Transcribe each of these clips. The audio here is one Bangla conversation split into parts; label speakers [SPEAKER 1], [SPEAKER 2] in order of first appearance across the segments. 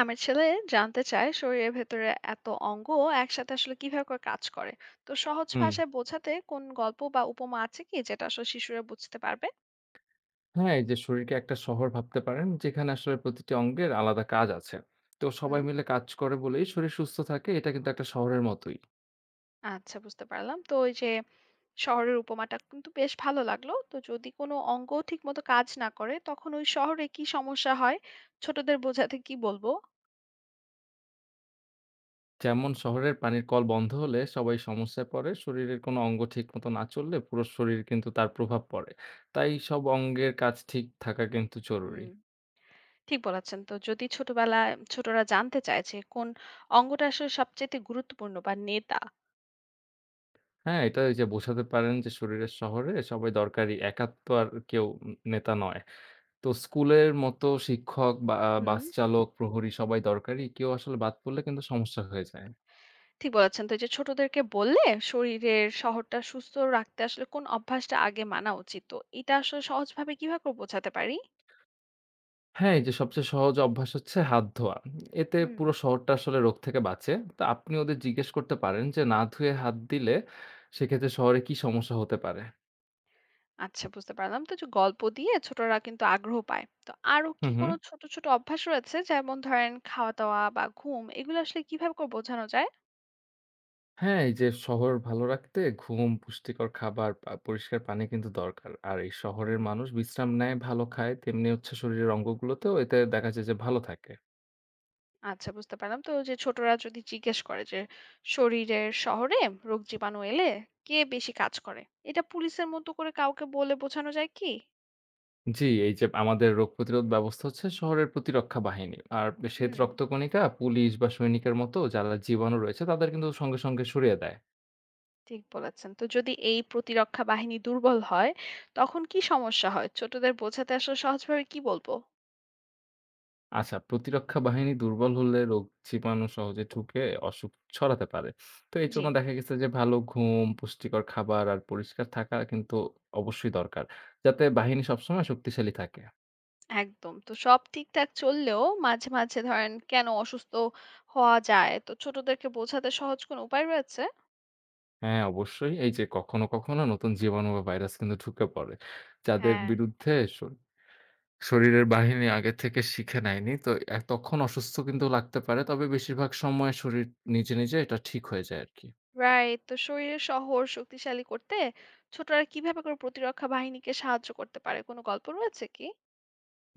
[SPEAKER 1] আমার ছেলে জানতে চায়, শরীরের ভেতরে এত অঙ্গ একসাথে আসলে কিভাবে করে কাজ করে। তো সহজ
[SPEAKER 2] হুম।
[SPEAKER 1] ভাষায় বোঝাতে কোন গল্প বা উপমা আছে কি, যেটা আসলে শিশুরা বুঝতে পারবে?
[SPEAKER 2] হ্যাঁ, এই যে শরীরকে একটা শহর ভাবতে পারেন যেখানে আসলে প্রতিটি অঙ্গের আলাদা কাজ আছে। তো সবাই
[SPEAKER 1] হুম,
[SPEAKER 2] মিলে কাজ করে বলেই শরীর সুস্থ থাকে। এটা কিন্তু একটা শহরের মতোই।
[SPEAKER 1] আচ্ছা বুঝতে পারলাম। তো ওই যে শহরের উপমাটা কিন্তু বেশ ভালো লাগলো। তো যদি কোনো অঙ্গ ঠিক মতো কাজ না করে, তখন ওই শহরে কি সমস্যা হয়? ছোটদের বোঝাতে কি বলবো?
[SPEAKER 2] যেমন শহরের পানির কল বন্ধ হলে সবাই সমস্যায় পড়ে। শরীরের কোনো অঙ্গ ঠিকমতো না চললে পুরো শরীর কিন্তু তার প্রভাব পড়ে। তাই সব অঙ্গের কাজ ঠিক থাকা কিন্তু
[SPEAKER 1] হুম,
[SPEAKER 2] জরুরি।
[SPEAKER 1] ঠিক বলেছেন। তো যদি ছোটবেলায় ছোটরা জানতে চায় যে কোন অঙ্গটা আসলে সবচেয়ে গুরুত্বপূর্ণ বা নেতা?
[SPEAKER 2] হ্যাঁ, এটা এই যে বোঝাতে পারেন যে শরীরের শহরে সবাই দরকারি একাত্ম আর কেউ নেতা নয়। তো স্কুলের মতো শিক্ষক বা
[SPEAKER 1] হুম,
[SPEAKER 2] বাস চালক, প্রহরী সবাই দরকারি। কেউ আসলে বাদ পড়লে কিন্তু সমস্যা হয়ে যায়।
[SPEAKER 1] ঠিক বলেছেন। তো এই যে ছোটদেরকে বললে শরীরের শহরটা সুস্থ রাখতে আসলে কোন অভ্যাসটা আগে মানা উচিত? তো এটা আসলে সহজভাবে কিভাবে করে বোঝাতে পারি?
[SPEAKER 2] হ্যাঁ, এই যে সবচেয়ে সহজ অভ্যাস হচ্ছে হাত ধোয়া। এতে
[SPEAKER 1] হুম।
[SPEAKER 2] পুরো শহরটা আসলে রোগ থেকে বাঁচে। তো আপনি ওদের জিজ্ঞেস করতে পারেন যে না ধুয়ে হাত দিলে সেক্ষেত্রে শহরে কি সমস্যা হতে পারে?
[SPEAKER 1] আচ্ছা বুঝতে পারলাম। তো যে গল্প দিয়ে ছোটরা কিন্তু আগ্রহ পায়। তো আরো
[SPEAKER 2] হুম,
[SPEAKER 1] কি কোন
[SPEAKER 2] হুম।
[SPEAKER 1] ছোট, ছোট অভ্যাস রয়েছে? যেমন ধরেন খাওয়া-দাওয়া বা ঘুম, এগুলো আসলে কিভাবে করে বোঝানো যায়?
[SPEAKER 2] হ্যাঁ, এই যে শহর ভালো রাখতে ঘুম, পুষ্টিকর খাবার, পরিষ্কার পানি কিন্তু দরকার। আর এই শহরের
[SPEAKER 1] হুম।
[SPEAKER 2] মানুষ বিশ্রাম নেয়, ভালো খায়, তেমনি হচ্ছে শরীরের অঙ্গগুলোতেও এতে দেখা যায় যে ভালো থাকে।
[SPEAKER 1] আচ্ছা বুঝতে পারলাম। তো যে ছোটরা যদি জিজ্ঞেস করে যে শরীরের শহরে রোগ জীবাণু এলে কে বেশি কাজ করে? এটা পুলিশের মতো করে কাউকে বলে বোঝানো যায় কি?
[SPEAKER 2] জি, এই যে আমাদের রোগ প্রতিরোধ ব্যবস্থা হচ্ছে শহরের প্রতিরক্ষা বাহিনী। আর শ্বেত
[SPEAKER 1] হুম।
[SPEAKER 2] রক্তকণিকা, পুলিশ বা সৈনিকের মতো যারা জীবাণু রয়েছে তাদের কিন্তু সঙ্গে, সঙ্গে সরিয়ে দেয়।
[SPEAKER 1] ঠিক বলেছেন। তো যদি এই প্রতিরক্ষা বাহিনী দুর্বল হয়, তখন কি সমস্যা হয়? ছোটদের বোঝাতে আসলে সহজভাবে কি বলব?
[SPEAKER 2] আচ্ছা, প্রতিরক্ষা বাহিনী দুর্বল হলে রোগ জীবাণু সহজে ঢুকে অসুখ ছড়াতে পারে। তো এই
[SPEAKER 1] জি,
[SPEAKER 2] জন্য দেখা গেছে যে ভালো ঘুম, পুষ্টিকর খাবার আর পরিষ্কার থাকা কিন্তু অবশ্যই দরকার। যাতে বাহিনী সবসময় শক্তিশালী থাকে।
[SPEAKER 1] একদম। তো সব ঠিকঠাক চললেও মাঝে, মাঝে ধরেন কেন অসুস্থ হওয়া যায়? তো ছোটদেরকে বোঝাতে সহজ কোনো উপায় রয়েছে?
[SPEAKER 2] হ্যাঁ, অবশ্যই এই যে কখনো, কখনো নতুন জীবাণু বা ভাইরাস কিন্তু ঢুকে পড়ে। যাদের
[SPEAKER 1] হ্যাঁ,
[SPEAKER 2] বিরুদ্ধে স শরীরের বাহিনী আগে থেকে শিখে নেয়নি। তো তখন অসুস্থ কিন্তু লাগতে পারে। তবে বেশিরভাগ সময় শরীর নিজে, নিজে এটা ঠিক হয়ে যায় আরকি।
[SPEAKER 1] রাইট। তো শরীরের শহর শক্তিশালী করতে ছোটরা কিভাবে করে প্রতিরক্ষা বাহিনীকে সাহায্য করতে পারে? কোনো গল্প রয়েছে কি?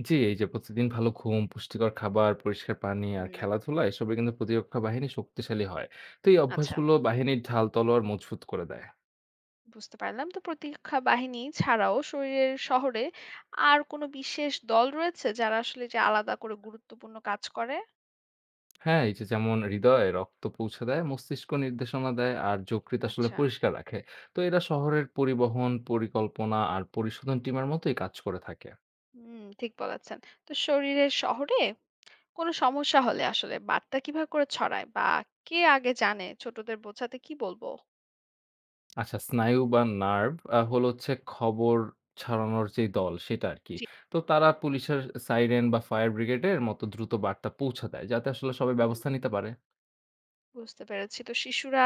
[SPEAKER 2] জি, এই যে প্রতিদিন ভালো ঘুম, পুষ্টিকর খাবার, পরিষ্কার পানি আর
[SPEAKER 1] হুম,
[SPEAKER 2] খেলাধুলা এসবে কিন্তু প্রতিরক্ষা বাহিনী শক্তিশালী হয়। তো এই
[SPEAKER 1] আচ্ছা।
[SPEAKER 2] অভ্যাসগুলো বাহিনীর ঢাল তলোয়ার মজবুত করে দেয়।
[SPEAKER 1] বুঝতে পারলাম। তো প্রতিরক্ষা বাহিনী ছাড়াও শরীরের শহরে আর কোনো বিশেষ দল রয়েছে, যারা আসলে যে আলাদা করে গুরুত্বপূর্ণ কাজ করে?
[SPEAKER 2] হ্যাঁ, এই যে যেমন হৃদয়ে রক্ত পৌঁছে দেয়, মস্তিষ্ক নির্দেশনা দেয় আর যকৃৎ আসলে
[SPEAKER 1] আচ্ছা।
[SPEAKER 2] পরিষ্কার রাখে। তো এরা শহরের পরিবহন, পরিকল্পনা আর পরিশোধন টিমের মতোই কাজ করে থাকে।
[SPEAKER 1] হুম, ঠিক বলেছেন। তো শরীরের শহরে কোনো সমস্যা হলে আসলে বার্তা কিভাবে করে ছড়ায়, বা কে আগে জানে? ছোটদের বোঝাতে কি বলবো?
[SPEAKER 2] আচ্ছা, স্নায়ু বা নার্ভ হচ্ছে খবর ছড়ানোর যে দল সেটা আরকি।
[SPEAKER 1] জি,
[SPEAKER 2] তো তারা পুলিশের সাইরেন বা ফায়ার ব্রিগেডের মতো দ্রুত বার্তা পৌঁছে দেয় যাতে আসলে সবাই
[SPEAKER 1] হুম,
[SPEAKER 2] ব্যবস্থা নিতে পারে।
[SPEAKER 1] বুঝতে পেরেছি। তো শিশুরা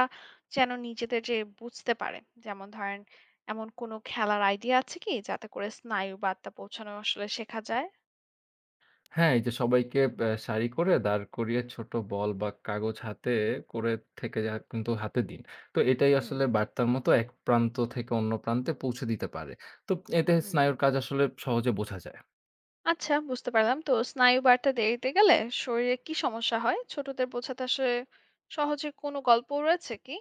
[SPEAKER 1] যেন নিজেদের যে বুঝতে পারে, যেমন ধরেন, এমন কোনো খেলার আইডিয়া আছে কি, যাতে করে স্নায়ু বার্তা পৌঁছানো আসলে শেখা যায়?
[SPEAKER 2] হ্যাঁ, এই যে সবাইকে সারি করে দাঁড় করিয়ে ছোট বল বা কাগজ হাতে করে থেকে যা কিন্তু হাতে দিন। তো এটাই
[SPEAKER 1] হুম,
[SPEAKER 2] আসলে বার্তার মতো এক প্রান্ত থেকে অন্য প্রান্তে পৌঁছে দিতে পারে। তো এতে
[SPEAKER 1] হুম।
[SPEAKER 2] স্নায়ুর কাজ আসলে সহজে বোঝা যায়।
[SPEAKER 1] আচ্ছা বুঝতে পারলাম। তো স্নায়ু বার্তা দেরিতে গেলে শরীরে কি সমস্যা হয়? ছোটদের বোঝাতে আসলে সহজে কোনো গল্প রয়েছে কি?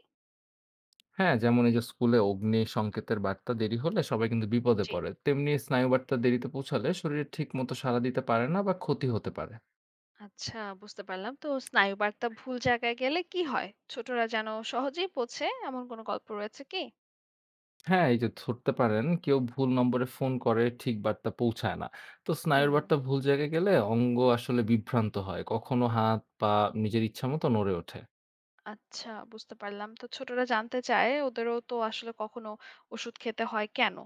[SPEAKER 2] হ্যাঁ, যেমন এই যে স্কুলে অগ্নি সংকেতের বার্তা দেরি হলে সবাই কিন্তু বিপদে
[SPEAKER 1] জি,
[SPEAKER 2] পড়ে। তেমনি স্নায়ু বার্তা দেরিতে পৌঁছালে শরীরে ঠিক মতো সাড়া দিতে পারে না বা ক্ষতি হতে পারে।
[SPEAKER 1] আচ্ছা বুঝতে পারলাম। তো স্নায়ু বার্তা ভুল জায়গায় গেলে কি হয়? ছোটরা যেন সহজেই বোঝে, এমন কোনো গল্প রয়েছে কি?
[SPEAKER 2] হ্যাঁ, এই যে ধরতে পারেন কেউ ভুল নম্বরে ফোন করে ঠিক বার্তা পৌঁছায় না। তো স্নায়ুর
[SPEAKER 1] হুম,
[SPEAKER 2] বার্তা ভুল জায়গায় গেলে অঙ্গ আসলে বিভ্রান্ত হয়। কখনো হাত, পা নিজের ইচ্ছা মতো নড়ে ওঠে।
[SPEAKER 1] আচ্ছা বুঝতে পারলাম। তো ছোটরা জানতে চায়, ওদেরও তো আসলে কখনো ওষুধ খেতে হয় কেন?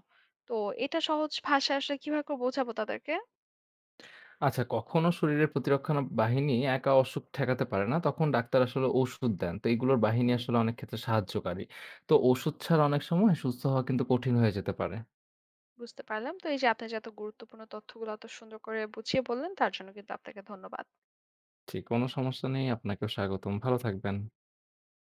[SPEAKER 1] তো এটা সহজ ভাষায় আসলে কিভাবে করে বোঝাবো তাদেরকে?
[SPEAKER 2] আচ্ছা কখনো শরীরের প্রতিরক্ষা বাহিনী একা অসুখ ঠেকাতে পারে না। তখন ডাক্তার আসলে ঔষুধ দেন। তো এগুলোর বাহিনী
[SPEAKER 1] হুম,
[SPEAKER 2] আসলে অনেক ক্ষেত্রে সাহায্যকারী। তো ওষুধ ছাড়া অনেক সময় সুস্থ হওয়া কিন্তু কঠিন হয়ে যেতে পারে।
[SPEAKER 1] বুঝতে পারলাম। তো এই যে আপনি যে এত গুরুত্বপূর্ণ তথ্যগুলো এত সুন্দর করে বুঝিয়ে বললেন, তার জন্য কিন্তু আপনাকে ধন্যবাদ।
[SPEAKER 2] জি, কোনো সমস্যা নেই। আপনাকেও স্বাগতম। ভালো থাকবেন।